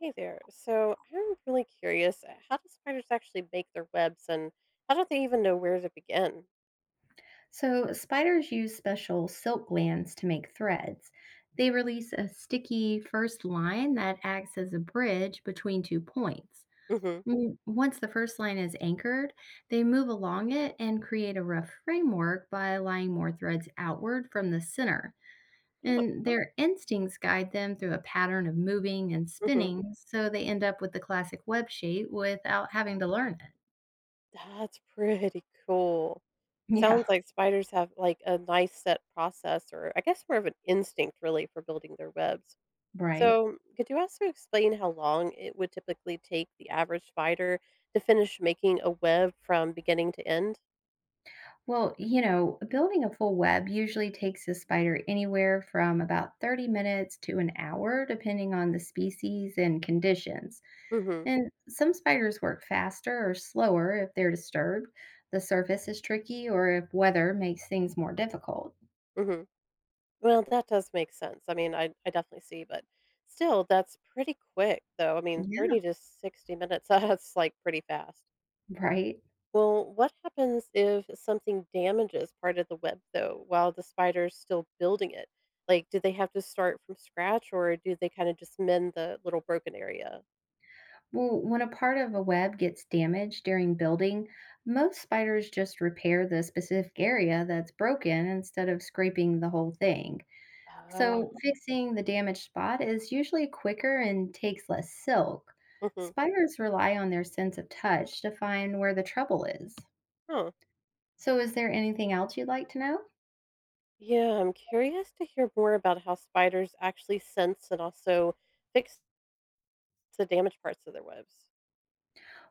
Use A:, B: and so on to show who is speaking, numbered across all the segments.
A: Hey there. So I'm really curious, how do spiders actually make their webs and how do they even know where to begin?
B: So, spiders use special silk glands to make threads. They release a sticky first line that acts as a bridge between two points.
A: Hmm.
B: Once the first line is anchored, they move along it and create a rough framework by lying more threads outward from the center.
A: Oh,
B: And their instincts guide them through a pattern of moving and
A: hmm,
B: spinning, so they end up with the classic web shape without having to learn it.
A: that's pretty cool.
B: Yeah,
A: Sounds like spiders have like a nice set process, or I guess more of an instinct really for building their webs.
B: right.
A: So could you also explain how long it would typically take the average spider to finish making a web from beginning to end?
B: Well, building a full web usually takes a spider anywhere from about 30 minutes to an hour, depending on the species and conditions.
A: Mm-hmm.
B: And some spiders work faster or slower if they're disturbed, the surface is tricky, or if weather makes things more difficult.
A: Mm-hmm. Well, that does make sense. I mean, I definitely see, but still, that's pretty quick, though. I mean,
B: Yeah.
A: 30 to 60 minutes, that's like pretty fast.
B: Right?
A: Well, what happens if something damages part of the web, though, while the spider's still building it? Like, do they have to start from scratch, or do they kind of just mend the little broken area?
B: Well, when a part of a web gets damaged during building, most spiders just repair the specific area that's broken instead of scraping the whole thing.
A: Oh,
B: So, fixing the damaged spot is usually quicker and takes less silk.
A: mhm.
B: Spiders rely on their sense of touch to find where the trouble is.
A: Huh.
B: So, is there anything else you'd like to know?
A: Yeah, I'm curious to hear more about how spiders actually sense and also fix the damaged parts of their webs.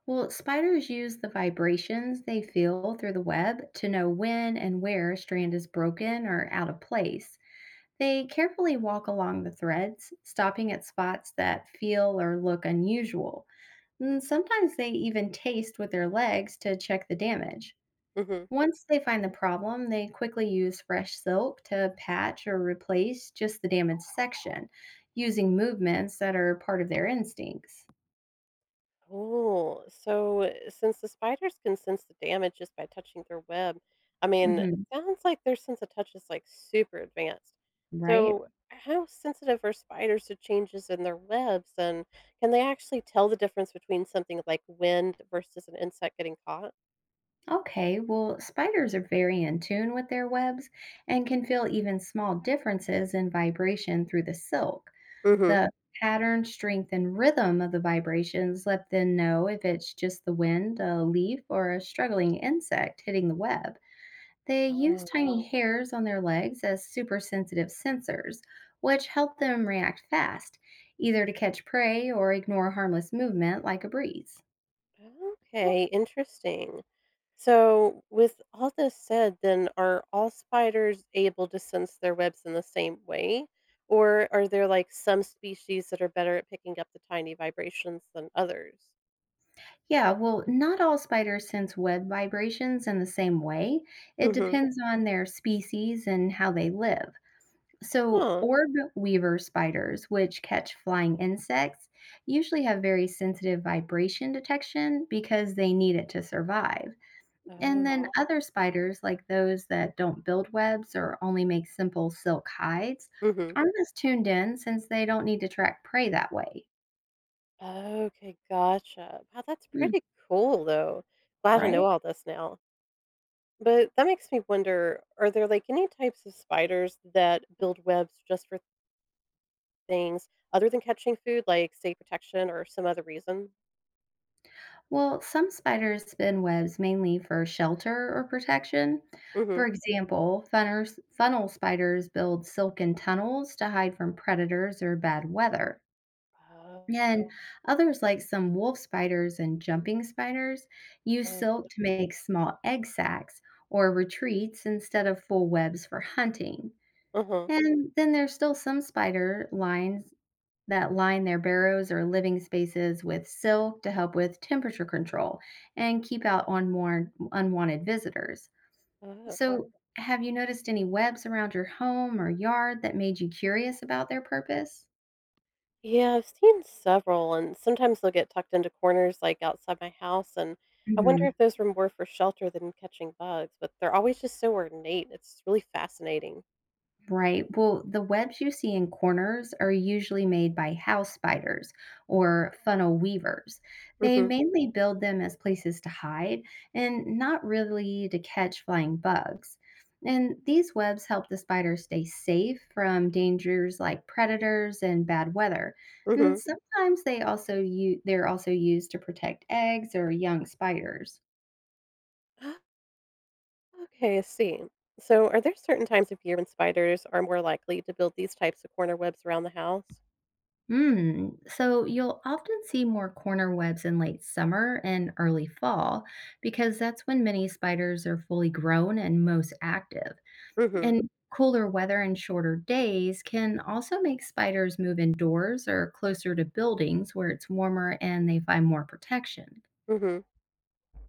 B: Well, spiders use the vibrations they feel through the web to know when and where a strand is broken or out of place. They carefully walk along the threads, stopping at spots that feel or look unusual. And sometimes they even taste with their legs to check the damage.
A: Hmm.
B: Once they find the problem, they quickly use fresh silk to patch or replace just the damaged section using movements that are part of their instincts.
A: Oh, so since the spiders can sense the damage just by touching their web, I mean, it
B: Hmm.
A: sounds like their sense of touch is like super advanced.
B: Right?
A: So, how sensitive are spiders to changes in their webs, and can they actually tell the difference between something like wind versus an insect getting caught?
B: Okay, well, spiders are very in tune with their webs and can feel even small differences in vibration through the silk.
A: Hmm.
B: The pattern, strength, and rhythm of the vibrations let them know if it's just the wind, a leaf, or a struggling insect hitting the web. They use
A: Oh.
B: tiny Oh, hairs on their legs as super sensitive sensors, which help them react fast, either to catch prey or ignore harmless movement like a breeze.
A: Okay, interesting. So, with all this said, then are all spiders able to sense their webs in the same way? Or are there like some species that are better at picking up the tiny vibrations than others?
B: Yeah, well, not all spiders sense web vibrations in the same way. It
A: Mm-hmm.
B: depends on their species and how they live. So,
A: Huh.
B: orb weaver spiders, which catch flying insects, usually have very sensitive vibration detection because they need it to survive. And
A: Oh.
B: then other spiders, like those that don't build webs or only make simple silk hides,
A: Mm-hmm.
B: aren't as tuned in since they don't need to track prey that way.
A: Okay, gotcha. Wow, that's
B: Hmm.
A: pretty cool though. Glad I know
B: Right?
A: all this now. But that makes me wonder, are there like any types of spiders that build webs just for things other than catching food, like, say, protection or some other reason?
B: Well, some spiders spin webs mainly for shelter or protection. For
A: Mhm.
B: example, funnel spiders build silken tunnels to hide from predators or bad weather.
A: Oh,
B: And others, like some wolf spiders and jumping spiders, use
A: oh,
B: silk to make small egg sacs or retreats instead of full webs for hunting.
A: uh-huh,
B: And then there's still some spider lines that line their burrows or living spaces with silk to help with temperature control and keep out unwarned, unwanted visitors.
A: uh.
B: So, have you noticed any webs around your home or yard that made you curious about their purpose?
A: Yeah, I've seen several, and sometimes they'll get tucked into corners, like, outside my house, and I wonder
B: Mhm.
A: if those were more for shelter than catching bugs, but they're always just so ornate, it's really fascinating.
B: Right. Well, the webs you see in corners are usually made by house spiders or funnel weavers. They
A: Mhm,
B: mainly build them as places to hide and not really to catch flying bugs. And these webs help the spider stay safe from dangers like predators and bad weather. And
A: mhm.
B: sometimes they also they're also used to protect eggs or young spiders.
A: Okay, I see. So are there certain times of year when spiders are more likely to build these types of corner webs around the house?
B: Mm. So you'll often see more corner webs in late summer and early fall because that's when many spiders are fully grown and most active.
A: Mhm,
B: And cooler weather and shorter days can also make spiders move indoors or closer to buildings where it's warmer and they find more protection.
A: mhm.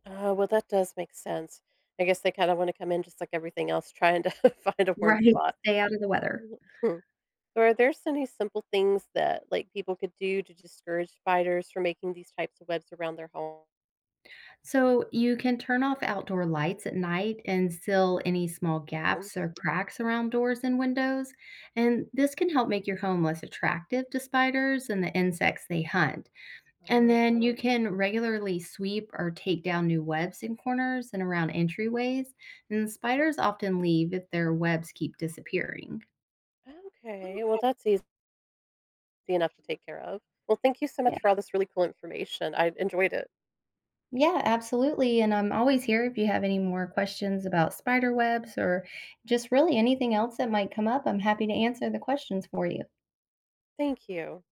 A: Oh, well, that does make sense. I guess they kinda wanna come in just like everything else trying to find a warm
B: Right.
A: spot.
B: Stay out of the weather.
A: Mhm. So are there any simple things that, like, people could do to discourage spiders from making these types of webs around their
B: So you can turn off outdoor lights at night and seal any small gaps
A: homes?
B: or cracks around doors and windows. And this can help make your home less attractive to spiders and the insects they hunt. And
A: Oh,
B: then you can regularly sweep or take down new webs in corners and around entryways. And spiders often leave if their webs keep disappearing.
A: okay. Well, that's easy enough to take care of. Well, thank you so
B: Yeah,
A: much for all this really cool information. I enjoyed it.
B: yeah, absolutely. And I'm always here if you have any more questions about spider webs or just really anything else that might come up. I'm happy to answer the questions for you.
A: Thank you.